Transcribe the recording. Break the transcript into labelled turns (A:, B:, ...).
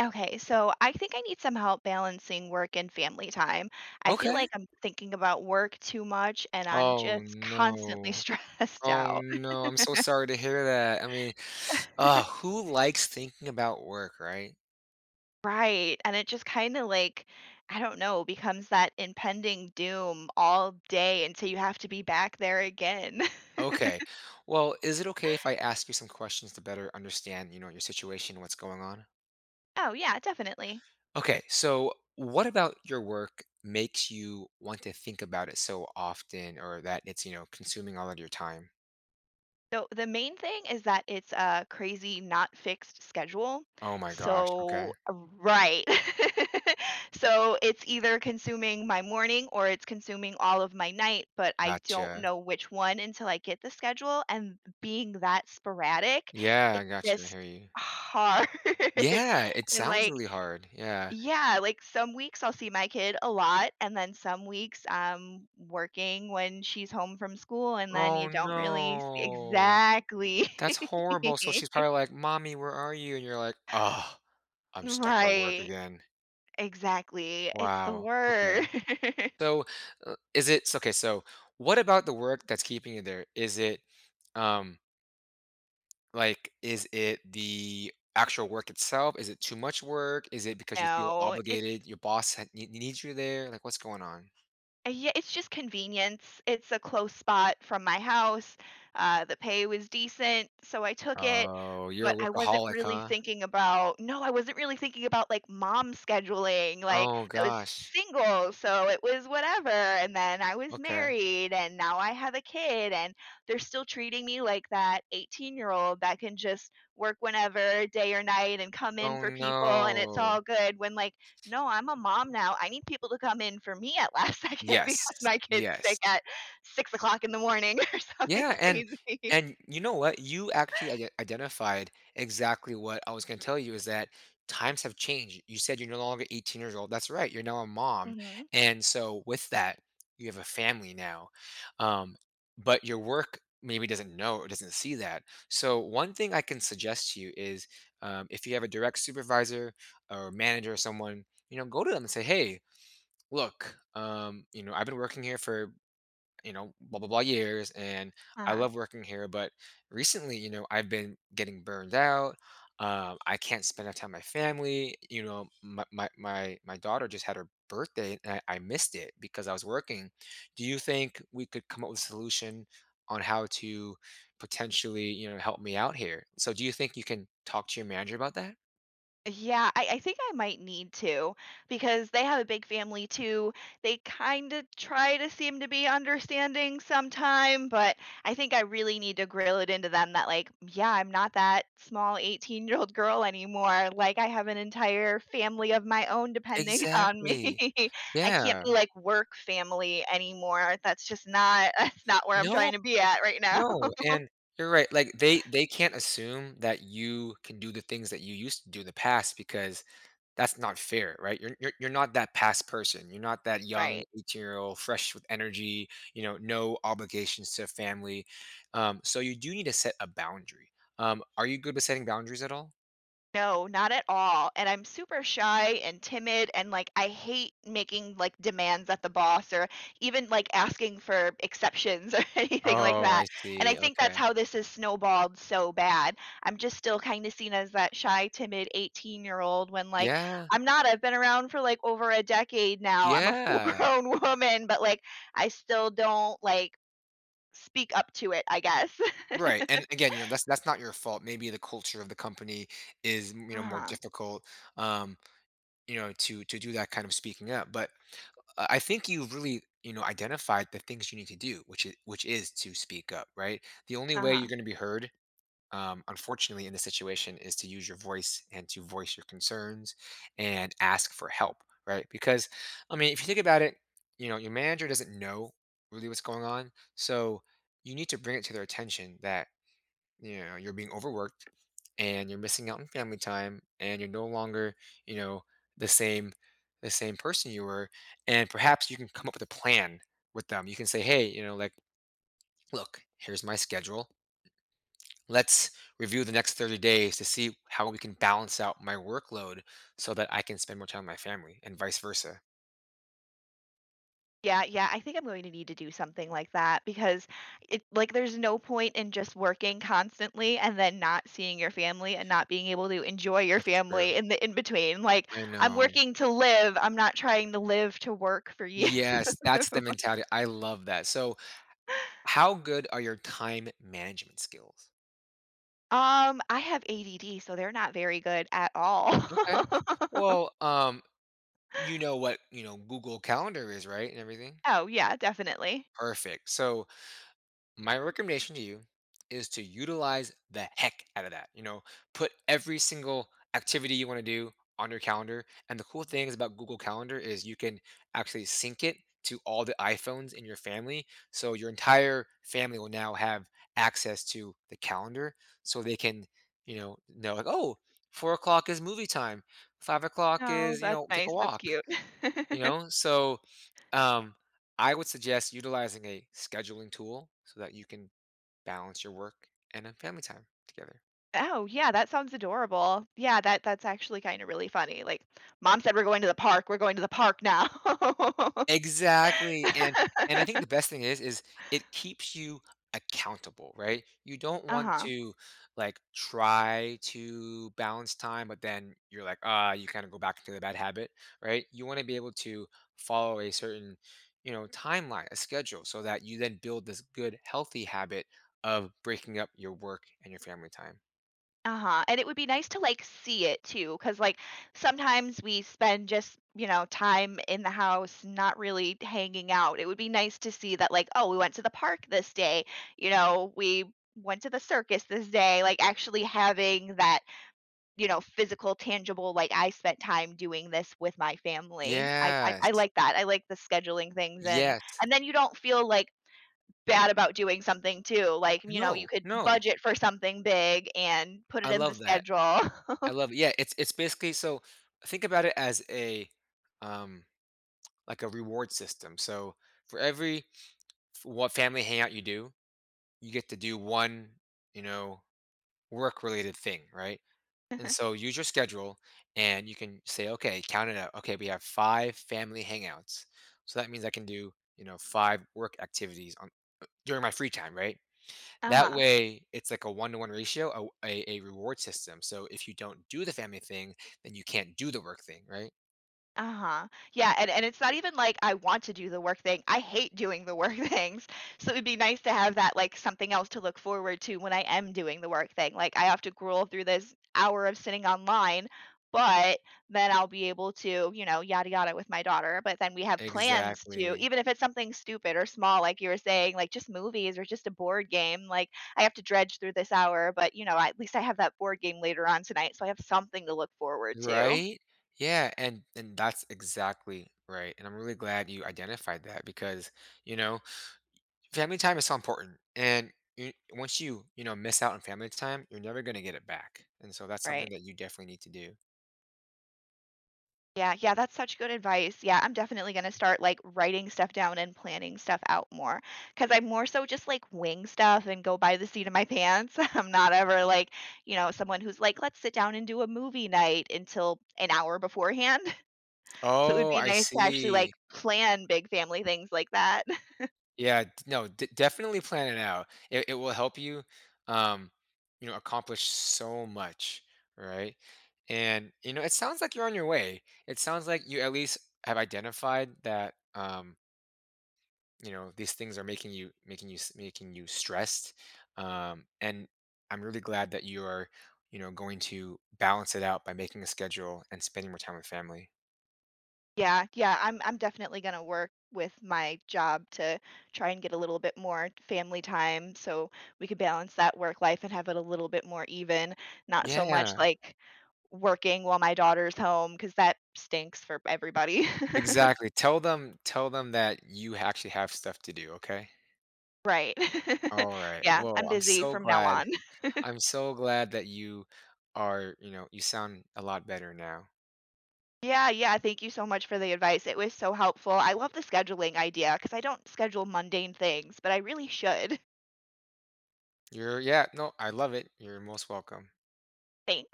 A: Okay, so I think I need some help balancing work and family time. I feel
B: Okay.
A: like I'm thinking about work too much and I'm
B: Oh
A: just constantly
B: no.
A: stressed
B: Oh
A: out.
B: no. I'm so sorry to hear that. I mean, who likes thinking about work, right?
A: Right. And it just kind of like, I don't know, becomes that impending doom all day until you have to be back there again.
B: Okay. Well, is it okay if I ask you some questions to better understand, you know, your situation and what's going on?
A: Oh, yeah, definitely.
B: Okay. So, what about your work makes you want to think about it so often or that it's, you know, consuming all of your time?
A: So the main thing is that it's a crazy not fixed schedule.
B: Oh my gosh. Okay.
A: Right. So it's either consuming my morning or it's consuming all of my night, but I don't
B: Gotcha.
A: know which one until I get the schedule, and being that sporadic,
B: Yeah,
A: it's
B: I gotcha. I
A: just
B: hear you.
A: hard.
B: Yeah, it
A: And
B: sounds
A: like
B: really hard. Yeah.
A: yeah, like some weeks I'll see my kid a lot, and then some weeks I'm working when she's home from school, and then you
B: Oh,
A: don't really see
B: no.
A: exactly.
B: That's horrible. So she's probably like, "Mommy, where are you?" And you're like, "Ugh, I'm stuck at work
A: Right,
B: again."
A: exactly. It's the
B: Wow. Okay.
A: worst.
B: So, is it s okay, so what about the work that's keeping you there? Is it, um, like, is it the actual work itself? Is it too much work? Is it because you feel
A: No, it's
B: obligated? Your boss had nee needs you there? Like, what's going on?
A: Uh, yeah, it's just convenience. It's a close spot from my house. The pay was decent, so I took it.
B: Oh, you're a
A: But I wasn't
B: workaholic,
A: really
B: huh?
A: thinking about no, I wasn't really thinking about like mom scheduling. Like
B: Oh
A: I was
B: gosh.
A: single, so it was whatever. And then I was
B: Okay.
A: married, and now I have a kid, and they're still treating me like that 18-year-old that can just work whenever, day or night, and come in
B: Oh,
A: for people, and it's all
B: no.
A: good. When like no, I'm a mom now. I need people to come in for me at last second
B: Yes,
A: because my kid's sick
B: yes.
A: at 6 o'clock in the morning or something
B: Yeah, and
A: crazy.
B: and you know what? You actually identified exactly what I was gonna tell you is that times have changed. You said you're no longer 18 years old. That's right, you're now a mom,
A: Mhm.
B: and so with that, you have a family now, um, but your work maybe doesn't know or doesn't see that. So one thing I can suggest to you is, if you have a direct supervisor or manager or someone, you know, go to them and say, "Hey, look, you know, I've been working here for you know, blah, blah, blah years. And I
A: Uh-huh.
B: love working here. But recently, you know, I've been getting burned out. I can't spend enough time with my family. You know, my daughter just had her birthday and I missed it because I was working. Do you think we could come up with a solution on how to? Potentially, you know, help me out here. So do you think you can talk to your manager about that?"
A: Yeah, I think I might need to, because they have a big family too. They kind of try to seem to be understanding sometime, but I think I really need to grill it into them that, like, yeah, I'm not that small 18-year-old girl anymore. Like, I have an entire family of my own depending on me.
B: Exactly.
A: I can't
B: Yeah.
A: be like work family anymore. That's just not, that's not where I'm
B: No,
A: trying to be at right now.
B: no, and you're right, like, they can't assume that you can do the things that you used to do in the past because that's not fair, right? You're not that past person. You're not that young
A: Right.
B: 18-year-old fresh with energy, you know, no obligations to family. So you do need to set a boundary. Are you good with setting boundaries at all?
A: No, not at all, and I'm super shy and timid and, like, I hate making, like, demands at the boss or even, like, asking for exceptions or anything like
B: Oh,
A: that,
B: I
A: and I
B: see.
A: think that's
B: Okay.
A: how this has snowballed so bad. I'm just still kinda seen as that shy, timid 18-year-old when, like,
B: Yeah.
A: I'm not. I've been around for, like, over a decade now. I'm a
B: Yeah.
A: full-grown woman, but, like, I still don't, like, speak up to it, I guess.
B: Right. And again, you know, that's not your fault. Maybe the culture of the company is, you know, more
A: Uh-huh.
B: difficult, um, you know, to do that kind of speaking up. But I think you've really, you know, identified the things you need to do, which is to speak up, right? The only way you're
A: Uh-huh.
B: going to be heard, unfortunately, in this situation, is to use your voice and to voice your concerns and ask for help, right? Because, I mean, if you think about it, you know, your manager doesn't know really what's going on, so you need to bring it to their attention that you know, you're being overworked and you're missing out on family time and you're no longer, you know, the same the same person you were and perhaps you can come up with a plan with them. You can say, "Hey, you know, like look, here's my schedule. Let's review the next 30 days to see how we can balance out my workload so that I can spend more time with my family and vice versa."
A: Yeah, yeah, I think I'm going to need to do something like that, because it like there's no point in just working constantly and then not seeing your family and not being able to enjoy your
B: That's true.
A: family in the in between. Like
B: I
A: I'm
B: know.
A: working to live, I'm not trying to live to work for you.
B: Yes, that's the mentality. I love that. So, how good are your time management skills?
A: I have ADD, so they're not very good at all.
B: Okay. Well, you know what, you know, Google Calendar is, right, and everything?
A: Oh, yeah, definitely.
B: Perfect. So, my recommendation to you is to utilize the heck out of that. You know, put every single activity you want to do on your calendar. And the cool thing is about Google Calendar is you can actually sync it to all the iPhones in your family. So your entire family will now have access to the calendar so they can, you know like, oh, 4 o'clock is movie time. 5 o'clock
A: No,
B: is, you
A: that's
B: know, take a
A: nice. That's
B: walk,
A: cute.
B: you know? So um, I would suggest utilizing a scheduling tool so that you can balance your work and then family time together.
A: Oh, yeah, that sounds adorable. Yeah, that's actually kinda really funny, like, "Mom said we're going to the park, we're going to the park now."
B: Exactly, and I think the best thing is it keeps you accountable, right? You don't want
A: Uh-huh,
B: to, like, try to balance time, but then you're like, "Ah," you kinda go back into the bad habit, right? You wanna be able to follow a certain, you know, timeline, a schedule, so that you then build this good, healthy habit of breaking up your work and your family time.
A: uh-huh, and it would be nice to, like, see it too, because like, sometimes we spend just, you know, time in the house, not really hanging out. It would be nice to see that, like, "Oh, we went to the park this day," you know, "We went to the circus this day," like, actually having that you know, physical, tangible, like, I spent time doing this with my family. I
B: Yes.
A: like that. I like the scheduling things,
B: Yes.
A: and then you don't feel, like, bad about doing something too, like, you know, you
B: No,
A: could
B: no.
A: budget for something big and put
B: I
A: it in the
B: love that.
A: schedule.
B: I love it. Yeah, it's basically so think about it as a um like a reward system. So for every f- what family hangout you do, you get to do one, you know, work related thing, right? And so use your schedule and you can say, okay, count it out. Okay, we have five family hangouts. So that means I can do, you know, five work activities on during my free time, right? That
A: Uh-huh.
B: way, it's like a one-to-one ratio, a reward system, so if you don't do the family thing, then you can't do the work thing, right?
A: Uh-huh. Yeah, and it's not even like I want to do the work thing. I hate doing the work things. So it would be nice to have that like something else to look forward to when I am doing the work thing. Like I have to gruel through this hour of sitting online, but then I'll be able to, you know, yada yada with my daughter. But then we have plans to,
B: Exactly.
A: even if it's something stupid or small, like you were saying, like just movies or just a board game, like I have to dredge through this hour, but you know, at least I have that board game later on tonight, so I have something to look forward to.
B: Right? Yeah, and that's exactly right, and I'm really glad you identified that because, you know, family time is so important, and you once you, you know, miss out on family time, you're never gonna get it back, and so that's
A: Right.
B: something that you definitely need to do.
A: Yeah, yeah, that's such good advice. Yeah, I'm definitely gonna start like writing stuff down and planning stuff out more because I'm more so just like wing stuff and go by the seat of my pants. I'm not ever like, you know, someone who's like, let's sit down and do a movie night until an hour beforehand. So it would
B: Oh,
A: be
B: I
A: nice to actually like
B: see.
A: plan big family things like that.
B: No, definitely plan it out. It will help you, um, you know, accomplish so much, right? And you know, it sounds like you're on your way. It sounds like you at least have identified that, you know, these things are making you stressed. And I'm really glad that you are, you know, going to balance it out by making a schedule and spending more time with family.
A: Yeah, yeah, I'm definitely gonna work with my job to try and get a little bit more family time, so we could balance that work life and have it a little bit more even, not so much
B: Yeah,
A: like working while my daughter's home because that stinks for everybody.
B: exactly. Tell them that you actually have stuff to do. Okay.
A: Right.
B: Alright,
A: Yeah, I'm
B: well,
A: busy from now on.
B: I'm so glad that you are you know, you sound a lot better now.
A: Yeah, yeah. Thank you so much for the advice. It was so helpful. I love the scheduling idea because I don't schedule mundane things, but I really should.
B: You're Yeah, no, I love it. You're most welcome.
A: Thanks.